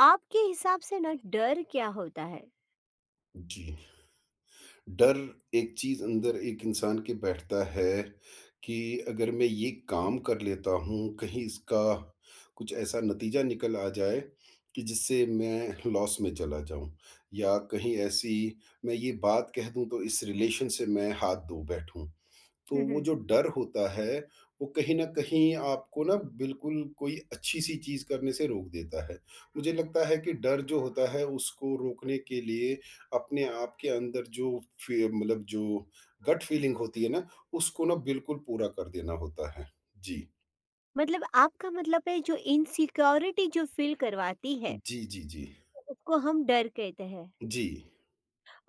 आपके हिसाब से ना डर क्या होता है? जी। डर एक चीज़ अंदर एक इंसान के बैठता है कि अगर मैं ये काम कर लेता हूँ, कहीं इसका कुछ ऐसा नतीजा निकल आ जाए कि जिससे मैं लॉस में चला जाऊँ, या कहीं ऐसी मैं ये बात कह दूँ तो इस रिलेशन से मैं हाथ धो बैठूँ। तो वो हम्म। जो डर होता है, वो कहीं न कहीं आपको ना बिल्कुल कोई अच्छी-सी चीज़ करने से रोक देता है। मुझे लगता है कि डर जो होता है उसको रोकने के लिए अपने आप के अंदर जो फी मतलब जो गट फीलिंग होती है ना, उसको ना बिल्कुल पूरा कर देना होता है। जी। मतलब आपका मतलब है जो इनसिक्योरिटी जो फील करवाती है जी, जी, जी। उसको हम डर कहते हैं जी।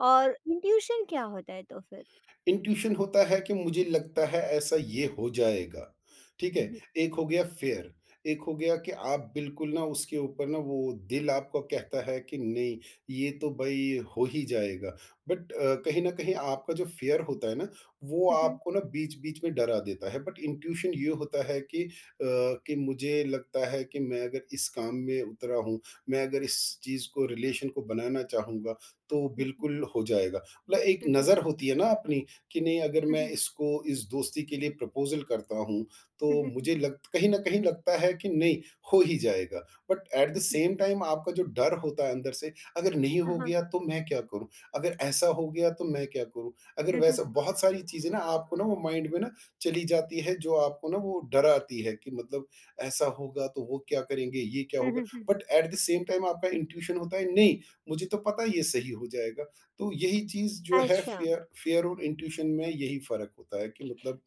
और इंट्यूशन क्या होता है तो फिर? इंट्यूशन होता है कि मुझे लगता है ऐसा ये हो जाएगा। ठीक है। हम्म, एक हो गया फेयर। एक हो गया कि आप बिल्कुल ना उसके ऊपर ना वो दिल आपको कहता है कि नहीं, ये तो भाई हो ही जाएगा। बट कहीं ना कहीं आपका जो फेयर होता है ना, वो हम्म, आपको ना बीच बीच में डरा देता है। बट इंट्यूशन ये होता है कि कि मुझे लगता है कि मैं अगर इस काम में उतरा हूँ, मैं अगर इस चीज़ को रिलेशन को बनाना चाहूँगा तो हम्म, बिल्कुल हो जाएगा। मतलब एक हम्म, नज़र होती है ना अपनी कि नहीं अगर मैं हम्म, इसको इस दोस्ती के लिए प्रपोज़ल करता हूँ, तो हम्म, मुझे लग कहीं न कहीं लगता है कि नहीं, हो ही जाएगा। But at the hmm, same time आपका जो डर होता है अंदर से, अगर नहीं हो हाँ, गया तो मैं क्या करूँ? अगर ऐसा हो गया तो मैं क्या करूँ? अगर हम्म, वैसा हम्म, बहुत सारी चीज़ें ना आपको ना वो माइंड में ना चली जाती है जो आपको ना वो डराती है कि मतलब ऐसा होगा तो वो क्या करेंगे? ये क्या हम्म, होगा? Hmm, but at the same time आपका इंट्यूशन होता है नहीं, मुझे तो पता है ये सही हो जाएगा। तो यही चीज़ जो है अच्छा, फ़ियर फ़ियर और इंट्यूशन में यही फ़र्क होता है कि मतलब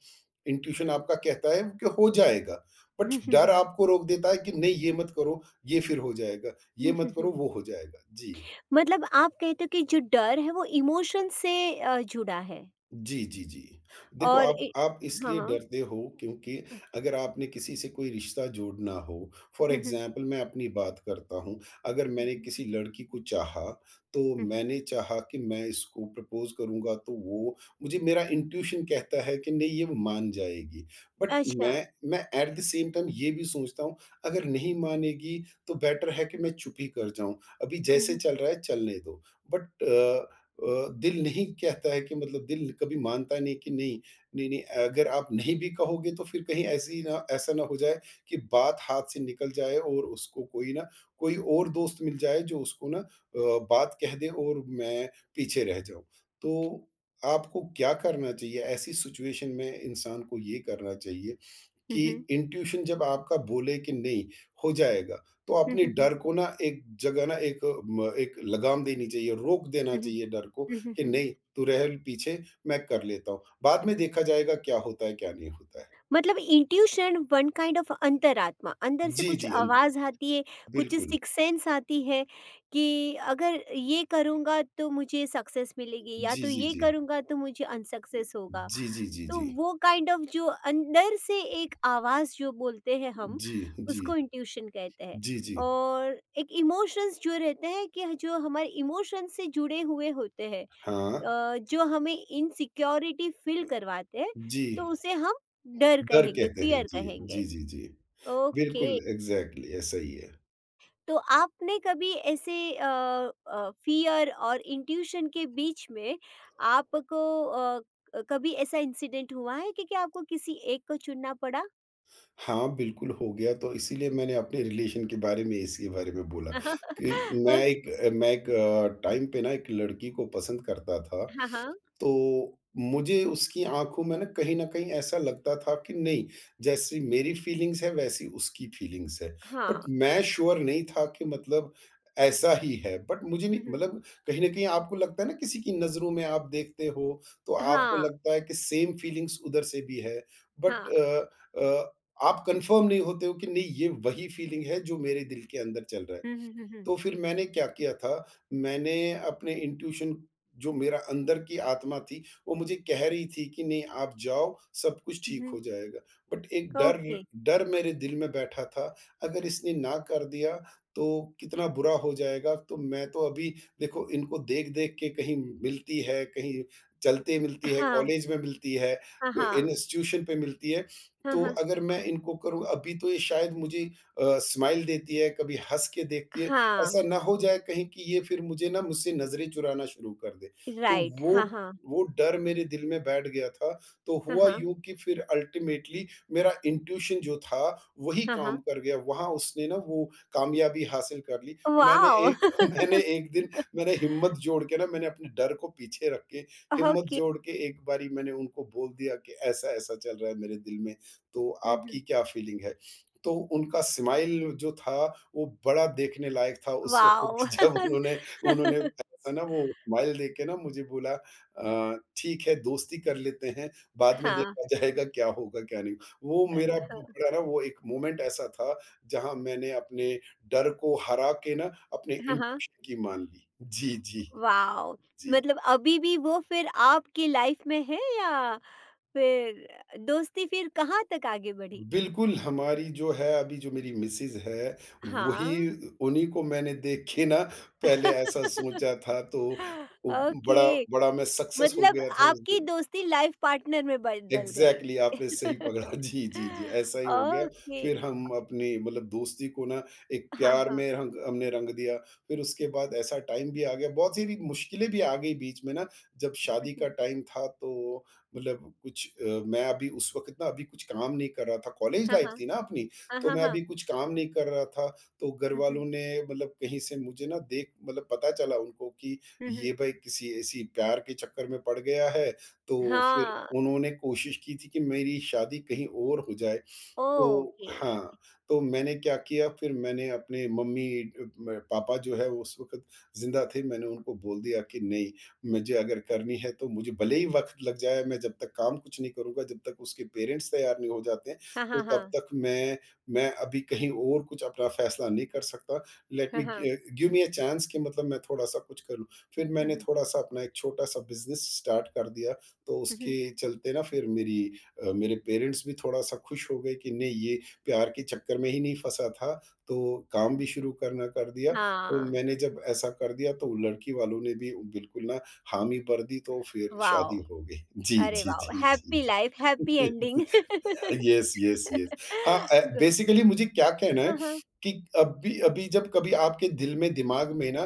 इंट्यूशन आपका कहता है कि हो जाएगा, बट हम्म, डर हम्म, आपको रोक देता है कि नहीं ये मत करो, ये फिर हो जाएगा, ये हम्म, मत करो हम्म। वो हो जाएगा। जी। मतलब आप कहते हो कि जो डर है वो इमोशन से जुड़ा है जी, जी, जी। देखो और आप आप इसलिए हाँ, डरते हो क्योंकि अगर आपने किसी से कोई रिश्ता जोड़ना हो। फॉर हम्म, हम्म, एग्ज़ाम्पल मैं अपनी बात करता हूँ, अगर मैंने किसी लड़की को चाहा, तो हम्म, हम्म, मैंने चाहा कि मैं इसको प्रपोज़ करूँगा तो वो मुझे मेरा इंट्यूशन कहता है कि नहीं ये मान जाएगी। बट अच्छा, मैं एट द सेम टाइम ये भी सोचता हूँ अगर नहीं मानेगी तो बेटर है कि मैं चुप ही कर जाऊँ, अभी हम्म, जैसे हम्म, चल रहा है चलने दो। बट अ दिल नहीं कहता है कि मतलब दिल कभी मानता नहीं कि नहीं, नहीं अगर आप नहीं भी कहोगे तो फिर कहीं ऐसी ना ऐसा ना हो जाए कि बात हाथ से निकल जाए और उसको कोई ना कोई और दोस्त मिल जाए जो उसको बात कह दे और मैं पीछे रह जाऊँ। तो आपको क्या करना चाहिए? ऐसी सिचुएशन में इंसान को ये करना चाहिए कि हम्म, इंट्यूशन जब आपका बोले कि नहीं हो जाएगा, तो अपने हम्म, डर को ना एक जगह ना एक लगाम देनी चाहिए, रोक देना हम्म, चाहिए डर को हुँ, हुँ, कि हुँ। नहीं तू रह पीछे, मैं कर लेता हूँ। बाद में देखा जाएगा क्या होता है, क्या नहीं होता है। मतलब इंट्यूशन वन काइंड ऑफ अंतरात्मा, अंदर से जी, कुछ जी, अन आवाज़ आती है, कुछ बिल्कुल। सिक्स्थ सेंस आती है कि अगर ये करूँगा तो मुझे सक्सेस मिलेगी या जी, तो जी, ये जी। करूँगा तो मुझे अनसक्सेस होगा। जी, जी, जी, तो जी। वो काइंड ऑफ जो अंदर से एक आवाज़ जो बोलते हैं हम, जी, जी। उसको इंट्यूशन कहते हैं। जी, जी। और एक इमोशंस जो रहते हैं कि जो हमारे इमोशंस से जुड़े हुए होते हैं। हाँ। जो हमें इनसिक्योरिटी फील करवाते हैं, तो जी, उसे हम डर डर कहेंगे, कहते हैं। फ़ियर जी, कहेंगे। जी, जी, जी। बिल्कुल ओके, एग्ज़ैक्टली ऐसा ही है। तो आपने कभी ऐसे फ़ियर और इंट्यूशन के बीच में आपको अ, कभी ऐसा इंसिडेंट हुआ है कि आपको किसी एक को चुनना पड़ा? हाँ, बिल्कुल हो गया, तो इसीलिए मैंने अपने रिलेशन के बारे में इसके बारे में बोला कि मैं ओके, एक मैं एक टाइम पे ना एक लड़की को पसंद करता था। हाँ, हाँ। तो मुझे उसकी आँखों में ना कहीं न कहीं ऐसा लगता था कि नहीं, जैसी मेरी फीलिंग्स है वैसी उसकी फीलिंग्स है। बट हाँ। मैं श्योर नहीं था कि मतलब ऐसा ही है। बट मुझे नहीं हुँ, हुँ। मतलब कहीं न कहीं आपको लगता है ना किसी की नज़रों में आप देखते हो, तो आपको हाँ, लगता है कि सेम फीलिंग्स उधर से भी है। बट हाँ। अ अ, आप कन्फर्म नहीं होते हो कि नहीं ये वही फीलिंग है जो मेरे दिल के अंदर चल रहा है। हुँ, हुँ, हुँ, हुँ। तो फिर मैंने क्या किया था, मैंने अपने इंट्यूशन जो मेरा अंदर की आत्मा थी, वो मुझे कह रही थी कि नहीं आप जाओ, सब कुछ हुँ, ठीक हो हुँ। जाएगा। बट एक डर ओके। डर मेरे दिल में बैठा था, अगर इसने ना कर दिया तो कितना बुरा हो जाएगा। तो मैं तो अभी देखो इनको देख-देख के, कहीं मिलती है, कहीं चलते मिलती है, हाँ, कॉलेज में मिलती है, हाँ, क हाँ। इंस्टीट्यूशन पे मिलती है। हाँ, तो हाँ। अगर मैं इनको करूँ, अभी तो ये शायद मुझे स्माइल देती है, कभी हँस के देखती है। हाँ, ऐसा ना हो जाए कहीं कि ये फिर मुझे ना मुझसे नज़रें चुराना शुरू कर दे। तो राइट। वो हाँ, हाँ। वो डर मेरे दिल में बैठ गया था। तो हाँ, हुआ हाँ। यूँ कि फिर अल्टीमेटली मेरा इंट्यूशन जो था, वही हाँ, काम हाँ। कर गया। वहाँ उसने ना वो कामयाबी हासिल कर ली। मैंने वाओ! एक मैंने एक दिन मैंने हिम्मत जोड़ के ना मैंने अपने डर को पीछे रख के हिम्मत ओके। जोड़ के एक बारी मैंने उनको बोल दिया कि ऐसा-ऐसा चल रहा है मेरे दिल में, तो हुँ, आपकी हुँ। क्या फीलिंग है? तो उनका स्माइल जो था, वो बड़ा देखने लायक था उस वक़्त। वाओ! जब उन्होंने उन्होंने ऐसा ना वो स्माइल देके ना मुझे बोला, "ठीक है, दोस्ती कर लेते हैं, बाद में हाँ, देखा जाएगा क्या होगा, क्या नहीं।" वो मेरा हाँ। बड़ा ना वो एक मोमेंट ऐसा था, जहाँ मैंने अपने डर को हरा के ना अपने हाँ, हाँ। इंट्यूशन की मान ली। जी, जी, वाओ! जी। मतलब अभी भी वो फिर आपकी लाइफ़ में है या फिर दोस्ती फिर कहाँ तक आगे बढ़ी? बिल्कुल, हमारी जो है अभी जो मेरी मिसेज़ है, वही हाँ। उन्हीं को मैंने देख के ना पहले ऐसा सोचा था। तो उ बड़ा ओके, बड़ा मैं सक्सेस हो मतलब गया था उस आपकी दिन। दोस्ती लाइफ़ पार्टनर में बदल गई। एग्ज़ैक्टली आपने सही पकड़ा। जी, जी, जी, ऐसा ही हो गया। ओके। फिर हम अपनी मतलब दोस्ती को ना एक हाँ, प्यार हाँ। में रंग हमने रंग दिया। फिर उसके बाद ऐसा टाइम भी आ गया, बहुत सारी मुश्किलें भी आ गई बीच में ना, जब हुँ, शादी हुँ। का टाइम था तो मतलब कुछ मैं अभी उस वक़्त ना अभी कुछ काम नहीं कर रहा था, कॉलेज हाँ, लाइफ़ हाँ। थी ना अपनी, हाँ, तो हाँ, मैं हाँ। अभी कुछ काम नहीं कर रहा था। तो हुँ, घरवालों हुँ। ने मतलब कहीं से मुझे ना देख मतलब पता चला उनको कि हुँ, ये हुँ। भाई किसी ऐसी प्यार के चक्कर में पड़ गया है। तो फिर हाँ, उन्होंने कोशिश की थी कि मेरी शादी कहीं और हो जाए। तो ओके। हाँ, तो मैंने क्या किया, फिर मैंने अपने मम्मी अ, म पापा जो है वो उस वक़्त ज़िंदा थे, मैंने उनको बोल दिया कि नहीं, मुझे अगर करनी है तो मुझे भले ही वक़्त लग जाए, मैं जब तक काम कुछ नहीं करूँगा, जब तक उसके पेरेंट्स तैयार नहीं हो जाते हैं, हाँ, तो हाँ, तब हाँ। तक मैं अभी कहीं और कुछ अपना फ़ैसला नहीं कर सकता। लेट मी हाँ, हाँ। गि गिव मी अ चांस कि मतलब मैं थोड़ा-सा कुछ कर लूँ। फिर हुँ, मैंने हुँ, थोड़ा-सा अपना एक छोटा-सा बिज़नेस स्टार्ट कर दिया, तो हुँ, हुँ। उसके चलते ना फिर मेरे पेरेंट्स भी थोड़ा-सा खुश हो गए कि नहीं ये प्यार के चक्कर में ही नहीं फँसा था, तो काम भी शुरू करना कर दिया। तो हाँ, मैंने जब ऐसा कर दिया तो लड़की वालों ने भी बिल्कुल ना हामी भर दी, तो फिर शादी वाओ! हो गई। जी, अरे जी, वाओ! जी, जी, हैप्पी जी। Life, happy ending. Yes, yes, yes. हाँ, गुड। बेसिकली मुझे क्या कहना है हाँ, हाँ। कि अभी अभी जब कभी आपके दिल में, दिमाग में ना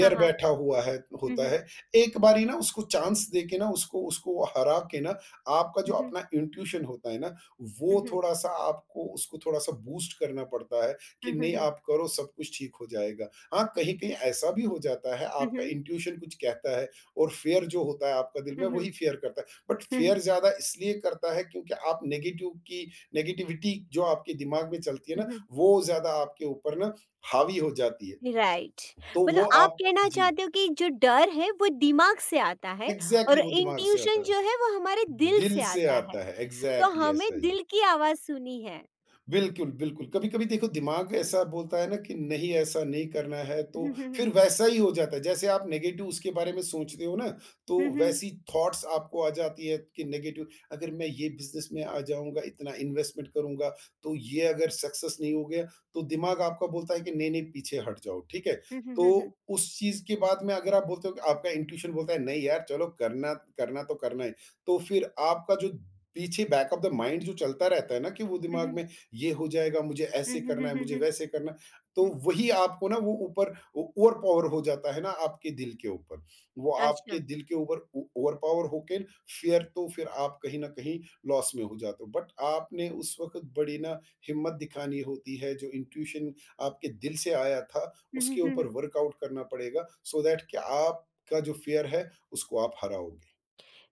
हाँ, हाँ। बैठा हुआ है हुँ, होता हुँ, है, एक बारी ना उसको चांस देके ना उसको उसको हरा के ना आपका जो हुँ, हुँ, अपना इंट्यूशन होता है ना, वो हुँ, हुँ, हुँ, थोड़ा-सा आपको उसको थोड़ा-सा बूस्ट करना पड़ता है कि हुँ, नहीं हुँ, आप करो सब कुछ ठीक हो जाएगा। हाँ, कहीं-कहीं ऐसा भी हो जाता है हुँ, आपका हुँ, इंट्यूशन कुछ कहता है और फ़ियर जो होता है आपका दिल में, हुँ, वही हुँ, फ़ियर करता है। बट हुँ, फ़ियर हुँ, ज़्यादा इसलिए करता है क्योंकि आप नेगेटिविटी जो आपके दिमाग में चलती है हुँ, ना, हुँ। वो ज़्यादा आपके ऊपर ना हावी हो जाती है। राइट। तो वो मतलब आप आप कहना जी, चाहते हो कि जो डर है वो दिमाग से आता है और एग्ज़ैक्टली वो दिमाग से आता इंट्यूशन है। जो है वो हमारे दिल दिल से से आता है। आता है, तो एग्ज़ैक्टली हमें ऐसा ही है। दिल की आवाज़ सुननी है। बिल्कुल, बिल्कुल। कभी-कभी देखो दिमाग ऐसा बोलता है ना कि नहीं ऐसा नहीं करना है, तो हुँ, हुँ, फिर हुँ। वैसा ही हो जाता है। जैसे आप नेगेटिव उसके बारे में सोचते हो ना, तो हुँ, हुँ। वैसी थॉट्स आपको आ जाती है कि नेगेटिव अगर मैं ये बिज़नेस में आ जाऊँगा, इतना इन्वेस्टमेंट करूँगा, तो ये अगर सक्सेस नहीं हो गया तो दिमाग आपका बोलता है कि नहीं-नहीं पीछे हट जाओ, ठीक है? हुँ, हुँ, हुँ, हुँ। तो उस चीज़ के बाद में अगर आप बोलते हो कि आपका इंट्यूशन बोलता है नहीं यार चलो करना करना तो करना है। तो फिर आपका जो पीछे बैक ऑफ द माइंड जो चलता रहता है ना कि वो हुँ, दिमाग हुँ। में ये हो जाएगा, मुझे हुँ, ऐसे हुँ, करना हुँ, है, हुँ, मुझे हुँ। वैसे करना है। तो हुँ। वही आपको ना वो ऊपर ओ ओवर पावर हो जाता है ना आपके दिल के ऊपर। वो आपके अच्छा। दिल के ऊपर ओ ओवर पावर होके फिर तो फिर आप कहीं न कहीं लॉस में हो जाते हो। बट आपने उस वक़्त बड़ी ना हिम्मत दिखानी होती है, जो इंट्यूशन आपके दिल से आया था, हुँ, हुँ, उसके हुँ, ऊपर हुँ। वर्कआउट करना पड़ेगा सो दैट कि आपका जो फियर है, उसको आप हराओगे।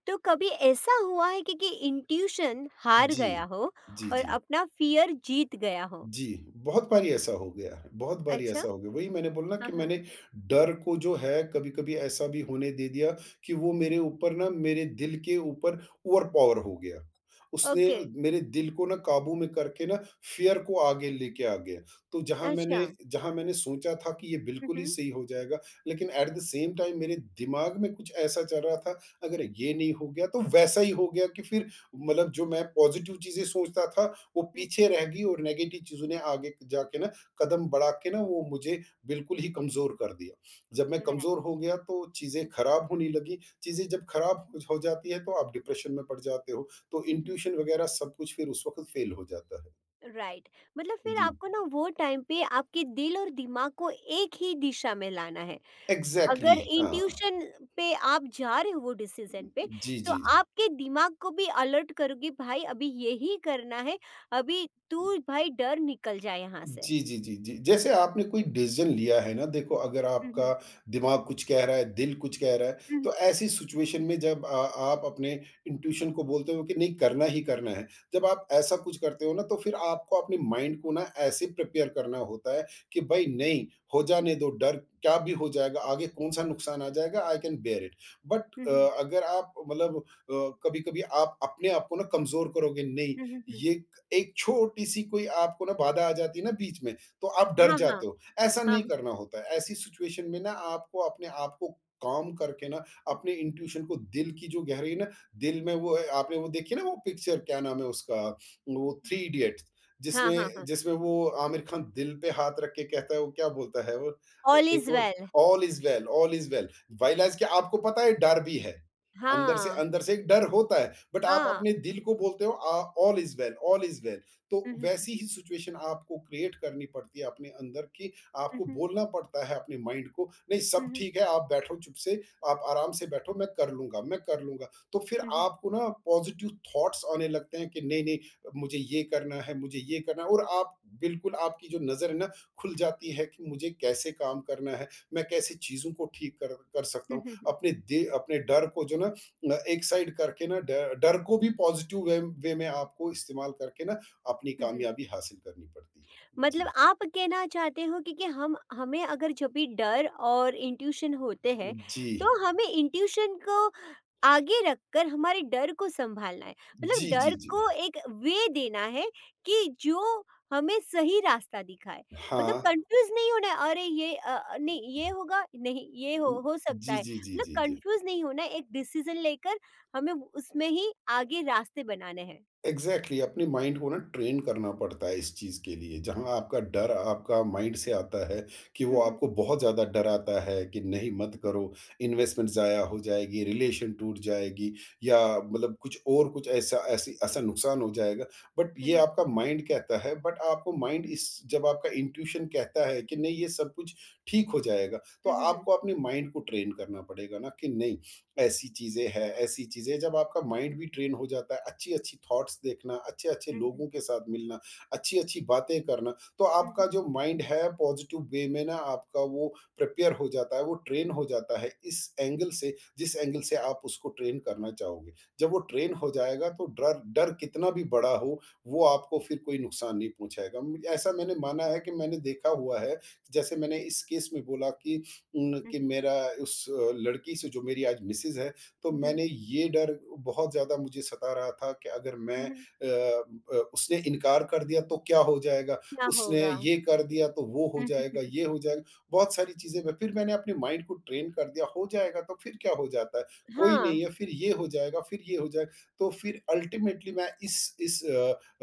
तो कभी ऐसा हुआ है कि इंट्यूशन हार जी। गया हो जी, और जी। अपना फियर जीत गया हो? जी, बहुत बारी ऐसा हो गया है, बहुत बारी अच्छा, ऐसा हो गया। वही मैंने बोला ना हाँ, कि हाँ। मैंने डर को जो है कभी-कभी ऐसा भी होने दे दिया कि वो मेरे ऊपर ना मेरे दिल के ऊपर ओवर पावर हो गया। उसने ओके, मेरे दिल को ना काबू में करके ना फ़ियर को आगे लेके आ गया। तो जहाँ मैंने अच्छा। जहाँ मैंने सोचा था कि ये हुँ, बिल्कुल ही हुँ। सही हो जाएगा, लेकिन एट द सेम टाइम मेरे दिमाग में कुछ ऐसा चल रहा था, अगर ये नहीं हो गया तो वैसा ही हो गया कि फिर मतलब जो मैं पॉज़िटिव चीज़ें सोचता था वो हुँ, पीछे हुँ। रह गई और नेगेटिव चीज़ों ने आगे जाके ना कदम बढ़ा के ना वो मुझे बिल्कुल ही कमज़ोर कर दिया। जब मैं कमज़ोर राइट। हो गया तो चीज़ें हुँ, हुँ, हुँ, ख़राब होने लगी, चीज़ें जब ख़राब हो जाती है तो आप डिप्रेशन में पड़ जाते हो, तो हुँ, हुँ। इंट्यूशन वग़ैरह सब कुछ फिर उस वक़्त फ़ेल हो जाता है। राइट, मतलब फिर जी। आपको ना वो टाइम पे आपके दिल और दिमाग को एक ही दिशा में लाना है। एग्ज़ैक्टली अगर हाँ। इंट्यूशन पे आप जा रहे हो वो डिसीज़न पे, जी, तो जी। जी आपके दिमाग को भी अलर्ट करो कि भाई अभी यही करना है, अभी तू भाई डर निकल जाए यहाँ से। जी, जी, जी, जी। जैसे आपने कोई डिसीज़न लिया है ना, देखो अगर हुँ, आपका हुँ। दिमाग कुछ कह रहा है, दिल कुछ कह रहा है, हुँ, हुँ, तो ऐसी सिचुएशन में जब आप अपने इंट्यूशन को बोलते हो कि नहीं करना ही करना है। जब आप ऐसा कुछ करते हो ना तो फिर आपको अपने माइंड को ना ऐसे प्रिपेयर करना होता है कि भाई नहीं, हो जाने दो, डर क्या भी हो जाएगा, आगे कौन-सा नुकसान आ जाएगा, I can bear it. But हुँ, हुँ। अगर आप मतलब कभी-कभी आप अपने आप को ना कमज़ोर करोगे, नहीं हुँ, हुँ, हुँ। ये एक छोटी-सी कोई आपको ना बाधा आ जाती है ना बीच में, तो आप डर हाँ, हाँ। जाते हो। ऐसा हाँ, नहीं हाँ। करना होता है, ऐसी सिचुएशन में ना आपको अपने आप को काम करके ना अपने इंट्यूशन को दिल की जो गहराई है ना, दिल में वो है आपने वो देखी है ना वो पिक्चर क्या नाम है उसका? वो थ्री इडियट्स हाँ, हाँ, जिसमें हाँ। जिसमें वो आमिर खान दिल पे हाथ रख के कहता है वो क्या बोलता है वो ऑल एक इज़ वो well. All is well all is well. व्हील एज़ कि आपको पता है डर भी है। हाँ, अंदर से एक डर होता है। बट आप हाँ। अपने दिल को बोलते हो all is well, all is well. तो हुँ, हुँ, वैसी ही सिचुएशन आपको क्रिएट करनी पड़ती है अपने अंदर कि हुँ, आपको हुँ, बोलना पड़ता है अपने माइंड को, नहीं हुँ, सब हुँ, हुँ, ठीक है, आप बैठो चुप से, आप आराम से बैठो, मैं कर लूँगा, मैं कर लूँगा। तो फिर हुँ, आपको ना पॉज़िटिव थॉट्स आने लगते हैं कि नहीं, नहीं मुझे ये करना है, मुझे ये करना है और आप बिल्कुल आपकी जो नज़र है ना खुल जाती है कि मुझे कैसे काम करना है, मैं कैसे चीज़ों को ठीक कर कर सकता हुँ, हूँ। हुँ, हुँ, अपने डर को जो ना न एक साइड करके ना डर डर को भी पॉज़िटिव वे वे में आपको इस्तेमाल करके ना अपनी हुँ। कामयाबी हासिल करनी पड़ती है। जी। मतलब आप कहना चाहते हो कि हम हमें अगर जब भी डर और इंट्यूशन होते हैं, जी। तो हमें इंट्यूशन को आगे रखकर हमारे डर को सँभालना है। मतलब जी, जी, डर जी। को एक वे देना है कि जो हमें सही रास्ता दिखाए। मतलब हाँ। कन्फ्यूज़ नहीं होना है, अरे ये नहीं ये होगा, नहीं ये हो सकता जी, है। जी, जी, मतलब जी, जी। कन्फ्यूज़ नहीं होना है, एक डिसीज़न लेकर हमें उसमें ही आगे रास्ते बनाने हैं। एग्जैक्टली, अपने माइंड को ना ट्रेन करना पड़ता है इस चीज़ के लिए जहाँ आपका डर आपका माइंड से आता है कि वो हुँ, हुँ। आपको बहुत ज़्यादा डराता है कि नहीं मत करो इन्वेस्टमेंट ज़ाया हो जाएगी रिलेशन टूट जाएगी या मतलब कुछ और कुछ ऐसा नुकसान हो जाएगा बट हुँ, ये हुँ। आपका माइंड कहता है बट आपको माइंड इस जब आपका इंट्यूशन कहता है कि नहीं ये सब कुछ ठीक हो जाएगा तो हुँ, हुँ। आपको अपने माइंड को ट्रेन करना पड़ेगा ना कि नहीं ऐसी चीज़ें हैं, ऐसी चीज़ें जब आपका माइंड भी ट्रेन हो जाता है, अच्छी-अच्छी थॉट्स देखना, अच्छे-अच्छे हुँ, हुँ, हुँ। लोगों के साथ मिलना, अच्छी-अच्छी बातें करना, तो हुँ, हुँ। हुँ, आपका हुँ। हुँ, जो माइंड है पॉज़िटिव वे में ना आपका वो प्रिपेयर हो जाता है, वो ट्रेन हो जाता है इस एंगल से जिस एंगल से आप उसको ट्रेन करना चाहोगे। जब वो ट्रेन हो जाएगा तो डर डर कितना भी बड़ा हो, वो आपको फिर कोई नुकसान नहीं पहुँचाएगा। म ऐसा मैंने माना है कि मैंने देखा हुआ है, जैसे मैंने इस केस में बोला कि हुँ। कि मेरा उस लड़की से जो मेरी आज मिसेज़ है, तो हुँ, मैंने ये डर बहुत ज़्यादा मुझे सता रहा था कि अगर हुँ, हुँ। उसने इनकार कर दिया तो क्या हो जाएगा? क्या उसने होगा? ये कर दिया तो वो हो हुँ, जाएगा, हुँ। ये हो जाएगा। बहुत सारी चीज़ें मैं फिर मैंने अपने माइंड को ट्रेन कर दिया, हो जाएगा तो फिर क्या हो जाता है? कोई नहीं हाँ। है, फिर ये हो जाएगा, फिर ये हो जाएगा। तो फिर अल्टीमेटली मैं इस इस अ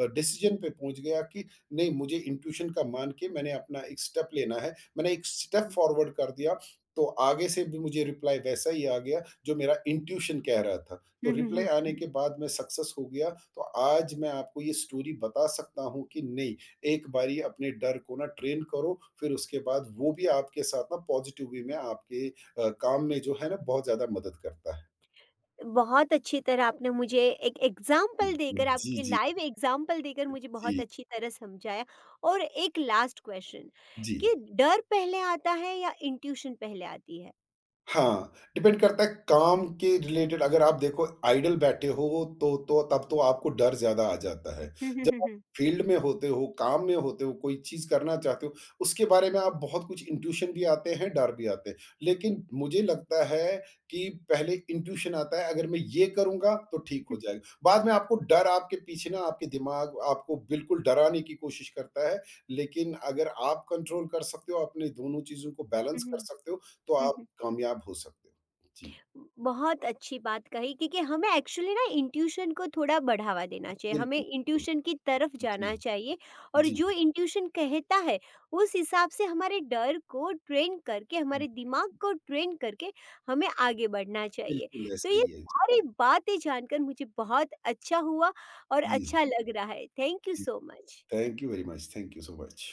अ, डिसीज़न पे पहुँच गया कि नहीं मुझे इंट्यूशन का मान के मैंने अपना एक स्टेप लेना है। मैंने एक स्टेप हुँ। फॉरवर्ड कर दिया तो आगे से भी मुझे रिप्लाई वैसा ही आ गया जो मेरा इंट्यूशन कह रहा था। तो हुँ, हुँ, रिप्लाई हुँ, आने हुँ। के बाद मैं सक्सेस हो गया तो आज मैं आपको ये स्टोरी बता सकता हूँ कि नहीं, एक बारी अपने डर को ना ट्रेन करो फिर उसके बाद वो भी आपके साथ ना पॉज़िटिव वे में आपके काम में जो है ना बहुत ज़्यादा मदद करता है। बहुत अच्छी तरह आपने मुझे एक एग्ज़ाम्पल देकर, जी, आपके जी, लाइव एग्ज़ाम्पल देकर मुझे बहुत जी, अच्छी तरह समझाया। और एक लास्ट क्वेश्चन जी। कि डर पहले आता है या इंट्यूशन पहले आती है? हाँ, डिपेंड करता है काम के रिलेटेड अगर आप देखो आइडल बैठे हो तो तब तो आपको डर ज़्यादा आ जाता है। हुँ, हुँ, जब हुँ, आप हुँ। फील्ड में होते हो, काम में होते हो, कोई चीज़ करना चाहते हो, उसके बारे में आप बहुत कुछ इंट्यूशन भी आते हैं, डर भी आते हैं। लेकिन मुझे लगता है कि पहले इंट्यूशन आता है अगर मैं ये करूँगा तो ठीक हो जाएगा। बाद में आपको डर आपके पीछे ना आपके दिमाग आपको बिल्कुल डराने की कोशिश करता है। लेकिन अगर आप कंट्रोल कर सकते हो, अपने दोनों चीज़ों को बैलेंस हुँ, कर हुँ, सकते हो, तो हुँ, आप हुँ। कामयाब हो सकते हो। जी, बहुत अच्छी बात कही, क्योंकि हमें एक्चुअली ना इंट्यूशन को थोड़ा बढ़ावा देना चाहिए, हमें बिल्कुल, बिल्कुल। इंट्यूशन की तरफ जाना जी, चाहिए और जी। जो इंट्यूशन कहता है उस हिसाब से हमारे डर को ट्रेन करके, हमारे दिमाग को ट्रेन करके हमें आगे बढ़ना चाहिए। बिल्कुल तो ऐसा ये ही है। सारी बातें जानकर मुझे बहुत अच्छा हुआ और जी, अच्छा लग रहा है। थैंक यू जी। So much. Thank you very much, thank you so much.